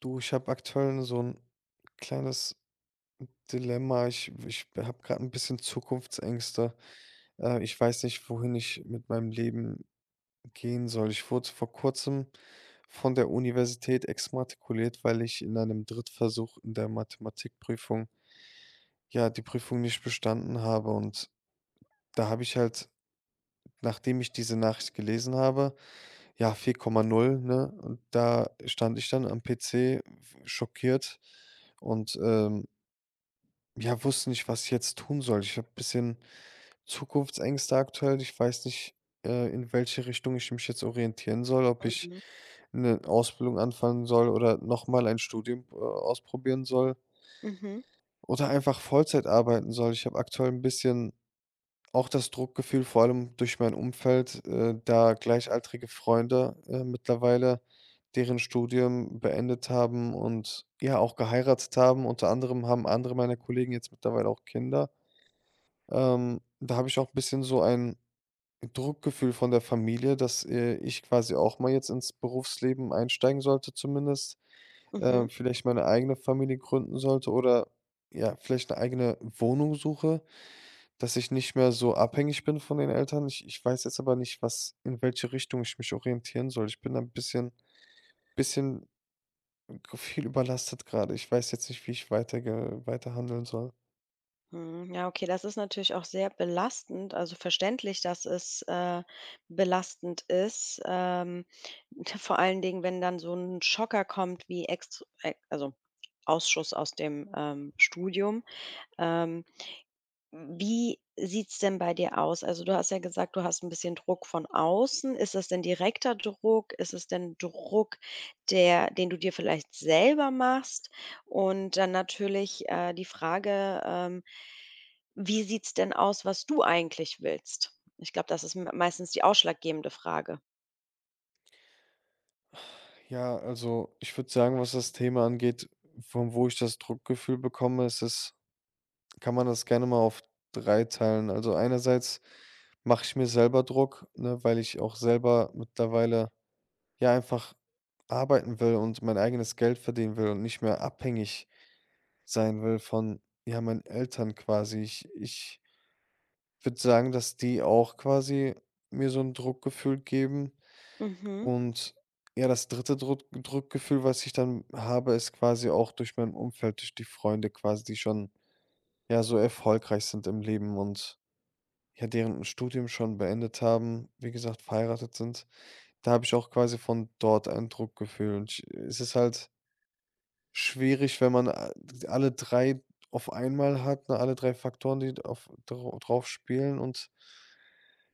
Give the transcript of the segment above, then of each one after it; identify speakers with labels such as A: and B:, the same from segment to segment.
A: Du, ich habe aktuell so ein kleines Dilemma. Ich habe gerade ein bisschen Zukunftsängste. Ich weiß nicht, wohin ich mit meinem Leben gehen soll. Ich wurde vor Kurzem von der Universität exmatrikuliert, weil ich in einem Drittversuch in der Mathematikprüfung, ja, die Prüfung nicht bestanden habe. Und da habe ich halt, nachdem ich diese Nachricht gelesen habe, ja, 4,0, ne? Und da stand ich dann am PC w schockiert und, ja, wusste nicht, was ich jetzt tun soll. Ich habe ein bisschen Zukunftsängste aktuell. Ich weiß nicht, in welche Richtung ich mich jetzt orientieren soll, ob ich
B: Mhm.
A: eine Ausbildung anfangen soll oder noch mal ein Studium, ausprobieren soll
B: Mhm.
A: oder einfach Vollzeit arbeiten soll. Ich habe aktuell ein bisschen auch das Druckgefühl, vor allem durch mein Umfeld, da gleichaltrige Freunde, mittlerweile deren Studium beendet haben und ja auch geheiratet haben. Unter anderem haben andere meiner Kollegen jetzt mittlerweile auch Kinder. Da habe ich auch ein bisschen so ein Druckgefühl von der Familie, dass, ich quasi auch mal jetzt ins Berufsleben einsteigen sollte zumindest,
B: Mhm.
A: vielleicht meine eigene Familie gründen sollte oder, ja, vielleicht eine eigene Wohnung suche, dass ich nicht mehr so abhängig bin von den Eltern. Ich weiß jetzt aber nicht, was in welche Richtung ich mich orientieren soll. Ich bin da 'n bisschen viel überlastet gerade. Ich weiß jetzt nicht, wie ich weiter handeln soll.
B: Mhm. Ja, okay, das ist natürlich auch sehr belastend, also verständlich, dass es, belastend ist. Vor allen Dingen, wenn dann so ein Schocker kommt wie ex e also Ausschuss aus dem, Studium. Ähm Wie sieht's denn bei dir aus? Also, du hast ja gesagt, du hast ein bisschen Druck von außen. Ist das denn direkter Druck? Ist es denn Druck, der den du dir vielleicht selber machst? Und dann natürlich, die Frage, wie sieht's denn aus, was du eigentlich willst? Ich glaube, das ist m meistens die ausschlaggebende Frage.
A: Ja, also ich würde sagen, was das Thema angeht, von wo ich das Druckgefühl bekomme, ist es, kann man das gerne mal auf drei teilen. Also einerseits mache ich mir selber Druck, ne, weil ich auch selber mittlerweile ja einfach arbeiten will und mein eigenes Geld verdienen will und nicht mehr abhängig sein will von ja meinen Eltern quasi. Ich würde sagen, dass die auch quasi mir so ein Druckgefühl geben,
B: Mhm.
A: und ja, das dritte Druckgefühl, was ich dann habe, ist quasi auch durch mein Umfeld, durch die Freunde quasi, die schon, ja, so erfolgreich sind im Leben und ja, deren Studium schon beendet haben, wie gesagt, verheiratet sind. Da habe ich auch quasi von dort ein Druckgefühl. Und ich, es ist halt schwierig, wenn man a alle 3 auf einmal hat, ne, alle 3 Faktoren, die auf drauf spielen, und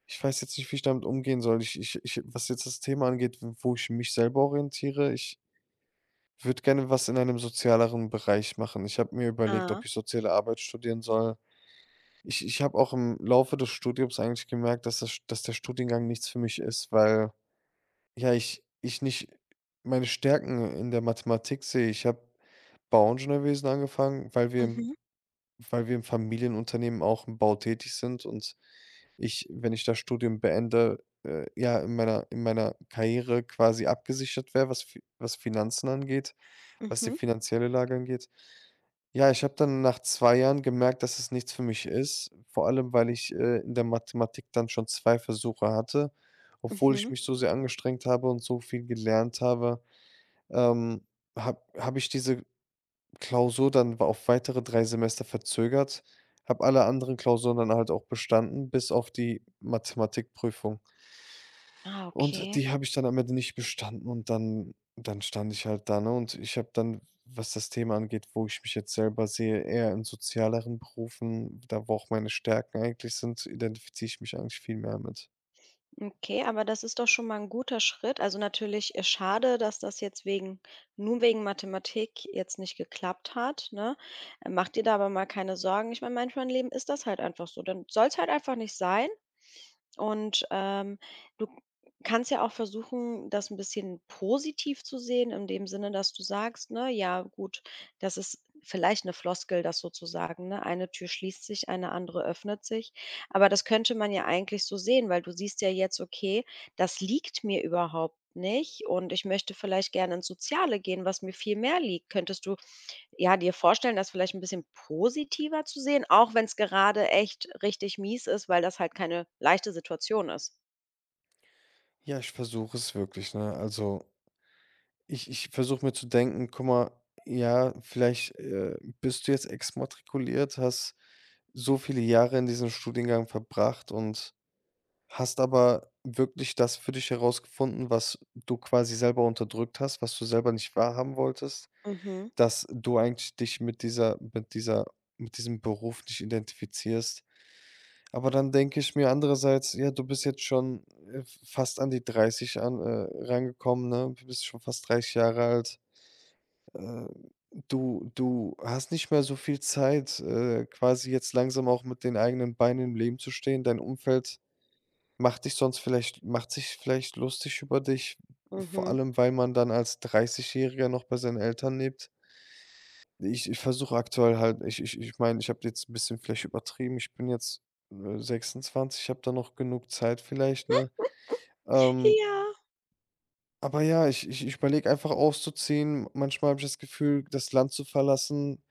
A: ich weiß jetzt nicht, wie ich damit umgehen soll. Ich, was jetzt das Thema angeht, w wo ich mich selber orientiere, ich würde gerne was in einem sozialeren Bereich machen. Ich habe mir überlegt, ob
B: Ah.
A: ich Soziale Arbeit studieren soll. Ich habe auch im Laufe des Studiums eigentlich gemerkt, dass der Studiengang nichts für mich ist, weil, ja, ich nicht meine Stärken in der Mathematik sehe. Ich habe Bauingenieurwesen angefangen,
B: Mhm.
A: weil wir im Familienunternehmen auch im Bau tätig sind und ich, wenn ich das Studium beende, ja, in meiner Karriere quasi abgesichert wäre, was Finanzen angeht, was die
B: Mhm.
A: finanzielle Lage angeht. Ja, ich habe dann nach 2 Jahren gemerkt, dass es nichts für mich ist, vor allem, weil ich, in der Mathematik dann schon 2 Versuche hatte. Obwohl ich
B: Mhm.
A: mich so sehr angestrengt habe und so viel gelernt habe, ähm, habe ich diese Klausur dann auf weitere 3 Semester verzögert, habe alle anderen Klausuren dann halt auch bestanden, bis auf die Mathematikprüfung.
B: Ah,
A: Und
B: okay.
A: die habe ich dann am Ende nicht bestanden, und dann stand ich halt da, ne? Und ich habe dann, was das Thema angeht, wo ich mich jetzt selber sehe, eher in sozialeren Berufen, da wo auch meine Stärken eigentlich sind, identifiziere ich mich eigentlich viel mehr mit.
B: Okay, aber das ist doch schon mal ein guter Schritt. Also, natürlich, schade, dass das jetzt wegen nur wegen Mathematik jetzt nicht geklappt hat, ne? Mach dir da aber mal keine Sorgen. Ich meine, manchmal im Leben ist das halt einfach so. Dann soll es halt einfach nicht sein und, du kannst ja auch versuchen, das ein bisschen positiv zu sehen in dem Sinne, dass du sagst, ne: „Ja gut, das ist vielleicht eine Floskel, das sozusagen, ne, eine Tür schließt sich, eine andere öffnet sich.“ Aber das könnte man ja eigentlich so sehen, weil du siehst ja jetzt: „Okay, das liegt mir überhaupt nicht und ich möchte vielleicht gerne ins Soziale gehen, was mir viel mehr liegt.“ Könntest du ja, dir vorstellen, das vielleicht ein bisschen positiver zu sehen, auch wenn es gerade echt richtig mies ist, weil das halt keine leichte Situation ist.
A: Ja, ich versuche es wirklich, ne? Also, ich versuche mir zu denken: „Guck mal, ja, vielleicht, bist du jetzt exmatrikuliert, hast so viele Jahre in diesem Studiengang verbracht und hast aber wirklich das für dich herausgefunden, was du quasi selber unterdrückt hast, was du selber nicht wahrhaben wolltest,
B: Mhm,
A: dass du eigentlich dich mit dieser mit dieser mit diesem Beruf nicht identifizierst. Aber dann denke ich mir andererseits, ja, du bist jetzt schon, äh, fast an die 30 an rangekommen, ne? Du bist schon fast 30 Jahre alt. Äh, du hast nicht mehr so viel Zeit, quasi jetzt langsam auch mit den eigenen Beinen im Leben zu stehen. Dein Umfeld macht sich vielleicht lustig über dich, vor
B: mhm.
A: allem, weil man dann als Dreißigjähriger noch bei seinen Eltern lebt. Ich versuche aktuell halt, ich meine, ich habe jetzt ein bisschen vielleicht übertrieben. Ich bin jetzt, 26, ich habe da noch genug Zeit vielleicht, ne? Ähm,
B: Ja.
A: aber ja, ich überlege einfach auszuziehen. Manchmal habe ich das Gefühl, das Land zu verlassen,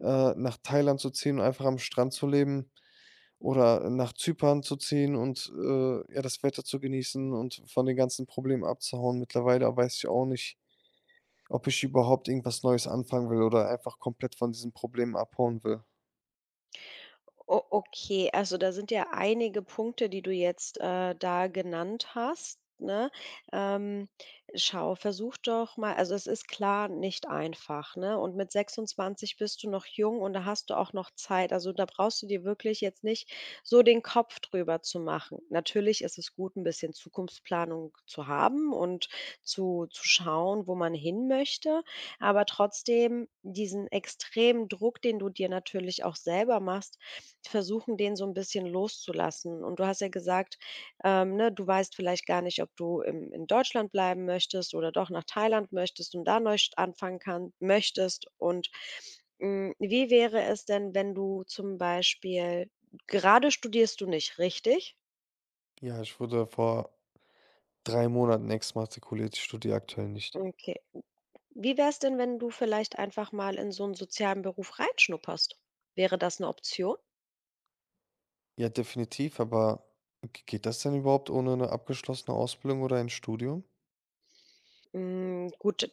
A: nach Thailand zu ziehen und einfach am Strand zu leben. Oder nach Zypern zu ziehen und, ja, das Wetter zu genießen und von den ganzen Problemen abzuhauen. Mittlerweile weiß ich auch nicht, ob ich überhaupt irgendwas Neues anfangen will oder einfach komplett von diesen Problemen abhauen will.
B: O okay, also da sind ja einige Punkte, die du jetzt, da genannt hast, ne? Ähm, schau, versuch doch mal, also es ist klar nicht einfach, ne? Und mit 26 bist du noch jung und da hast du auch noch Zeit. Also, da brauchst du dir wirklich jetzt nicht so den Kopf drüber zu machen. Natürlich ist es gut, ein bisschen Zukunftsplanung zu haben und zu schauen, wo man hin möchte, aber trotzdem diesen extremen Druck, den du dir natürlich auch selber machst, versuchen, den so ein bisschen loszulassen. Und du hast ja gesagt, ne, du weißt vielleicht gar nicht, ob du im in Deutschland bleiben möchtest oder doch nach Thailand möchtest und da neu st anfangen kann möchtest. Und, hm, wie wäre es denn, wenn du zum Beispiel gerade studierst du nicht, richtig?
A: Ja, ich wurde vor 3 Monaten exmatrikuliert. Ich studiere aktuell nicht.
B: Okay. Wie wäre es denn, wenn du vielleicht einfach mal in so einen sozialen Beruf reinschnupperst? Wäre das eine Option?
A: Ja, definitiv, aber g geht das denn überhaupt ohne eine abgeschlossene Ausbildung oder ein Studium?
B: Hm, gut,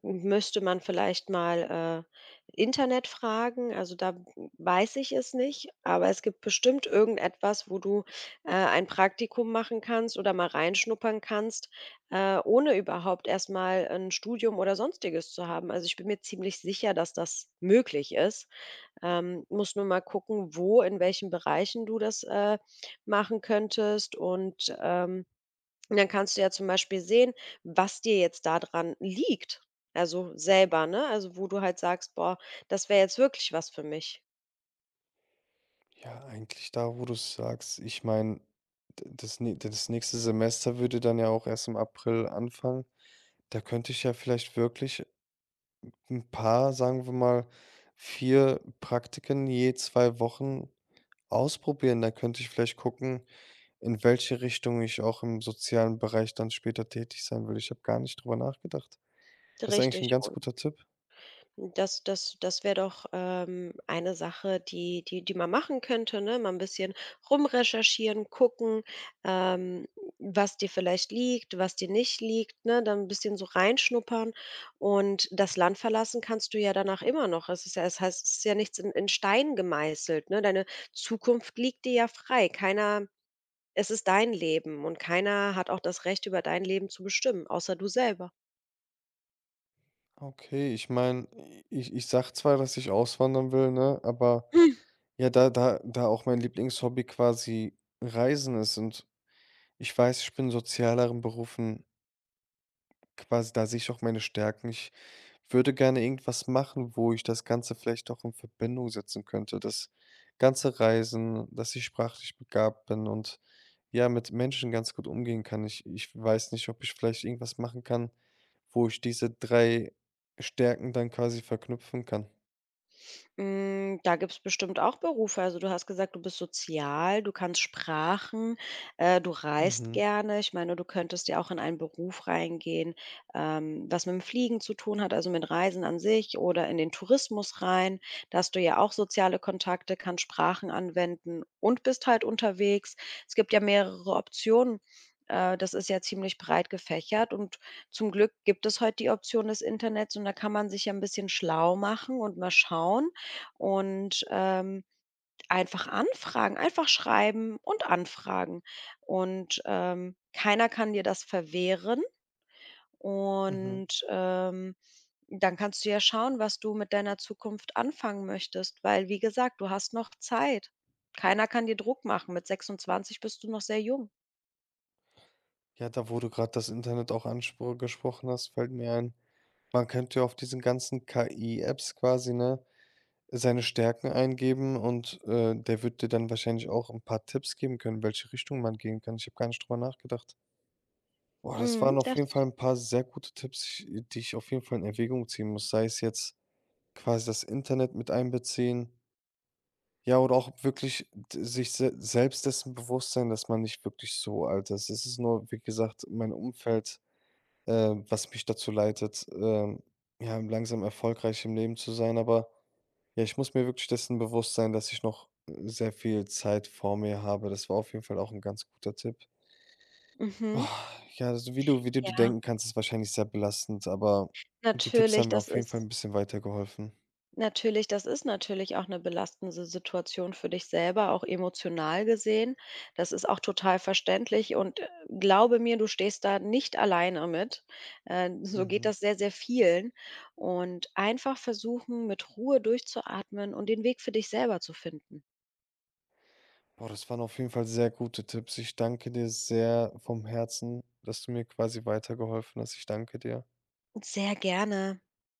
B: müsste man vielleicht mal, Internet fragen. Also, da weiß ich es nicht, aber es gibt bestimmt irgendetwas, wo du, ein Praktikum machen kannst oder mal reinschnuppern kannst, ohne überhaupt erst mal 'n Studium oder Sonstiges zu haben. Also, ich bin mir ziemlich sicher, dass das möglich ist. Musst nur mal gucken, wo, in welchen Bereichen du das, machen könntest und dann kannst du ja zum Beispiel sehen, was dir jetzt da dran liegt. Also selber, ne? Also, wo du halt sagst: „Boah, das wäre jetzt wirklich was für mich.“
A: Ja, eigentlich da, wo du's sagst. Ich meine, das nächste Semester würde dann ja auch erst im April anfangen. Da könnte ich ja vielleicht wirklich ein paar, sagen wir mal, 4 Praktiken je 2 Wochen ausprobieren. Da könnte ich vielleicht gucken, in welche Richtung ich auch im sozialen Bereich dann später tätig sein will. Ich habe gar nicht drüber nachgedacht. Das ist eigentlich ein
B: Richtig.
A: ganz
B: Und
A: guter Tipp.
B: das wäre doch, eine Sache, die die man machen könnte, ne? Mal ein bisschen rumrecherchieren, gucken, ähm, was dir vielleicht liegt, was dir nicht liegt, ne? Dann ein bisschen so reinschnuppern und das Land verlassen kannst du ja danach immer noch. Es ist ja nichts in Stein gemeißelt, ne? Deine Zukunft liegt dir ja frei. Keiner Es ist dein Leben und keiner hat auch das Recht, über dein Leben zu bestimmen, außer du selber.
A: Okay, ich meine, ich sag zwar, dass ich auswandern will, ne, aber ja, da auch mein Lieblingshobby quasi Reisen ist und ich weiß, ich bin in sozialeren Berufen quasi, da sehe ich auch meine Stärken. Ich würde gerne irgendwas machen, wo ich das Ganze vielleicht auch in Verbindung setzen könnte. Das ganze Reisen, dass ich sprachlich begabt bin und ja, mit Menschen ganz gut umgehen kann. Ich weiß nicht, ob ich vielleicht irgendwas machen kann, wo ich diese drei Stärken dann quasi verknüpfen kann.
B: Hm, da gibt's bestimmt auch Berufe. Also, du hast gesagt, du bist sozial, du kannst Sprachen, du reist
A: Mhm,
B: gerne. Ich meine, du könntest ja auch in einen Beruf reingehen, was mit'm Fliegen zu tun hat, also mit Reisen an sich oder in den Tourismus rein. Da hast du ja auch soziale Kontakte, kannst Sprachen anwenden und bist halt unterwegs. Es gibt ja mehrere Optionen. Das ist ja ziemlich breit gefächert und zum Glück gibt es heute die Option des Internets und da kann man sich ja ein bisschen schlau machen und mal schauen, und, einfach anfragen, einfach schreiben und anfragen. Und, keiner kann dir das verwehren
A: mhm.
B: und, dann kannst du ja schauen, was du mit deiner Zukunft anfangen möchtest, weil, wie gesagt, du hast noch Zeit. Keiner kann dir Druck machen. Mit 26 bist du noch sehr jung.
A: Ja, da wo du gerade das Internet auch angesprochen hast, fällt mir ein, man könnte ja auf diesen ganzen KI-Apps quasi, ne, seine Stärken eingeben und, der wird dir dann wahrscheinlich auch ein paar Tipps geben können, welche Richtung man gehen kann. Ich habe gar nicht drüber nachgedacht. Boah, das
B: Mhm,
A: waren auf
B: das
A: jeden Fall ein paar sehr gute Tipps, ich die ich auf jeden Fall in Erwägung ziehen muss, sei es jetzt quasi das Internet mit einbeziehen, ja, oder auch wirklich d sich se selbst dessen bewusst sein, dass man nicht wirklich so alt ist. Es ist nur, wie gesagt, mein Umfeld, äh, was mich dazu leitet, ja, langsam erfolgreich im Leben zu sein, aber ja, ich muss mir wirklich dessen bewusst sein, dass ich noch sehr viel Zeit vor mir habe. Das war auf jeden Fall auch ein ganz guter Tipp.
B: mhm.
A: Ah, ja, also wie du dir
B: Ja,
A: denken kannst, ist wahrscheinlich sehr belastend, aber die Tipps
B: natürlich,
A: haben mir
B: das
A: auf jeden Fall
B: ist
A: ein bisschen weitergeholfen.
B: Natürlich, das ist natürlich auch eine belastende Situation für dich selber, auch emotional gesehen. Das ist auch total verständlich und, glaube mir, du stehst da nicht alleine mit. So geht
A: Mhm.
B: das sehr, sehr vielen. Und einfach versuchen, mit Ruhe durchzuatmen und den Weg für dich selber zu finden.
A: Boah, das waren auf jeden Fall sehr gute Tipps. Ich danke dir sehr vom Herzen, dass du mir quasi weitergeholfen hast. Ich danke dir.
B: Sehr gerne.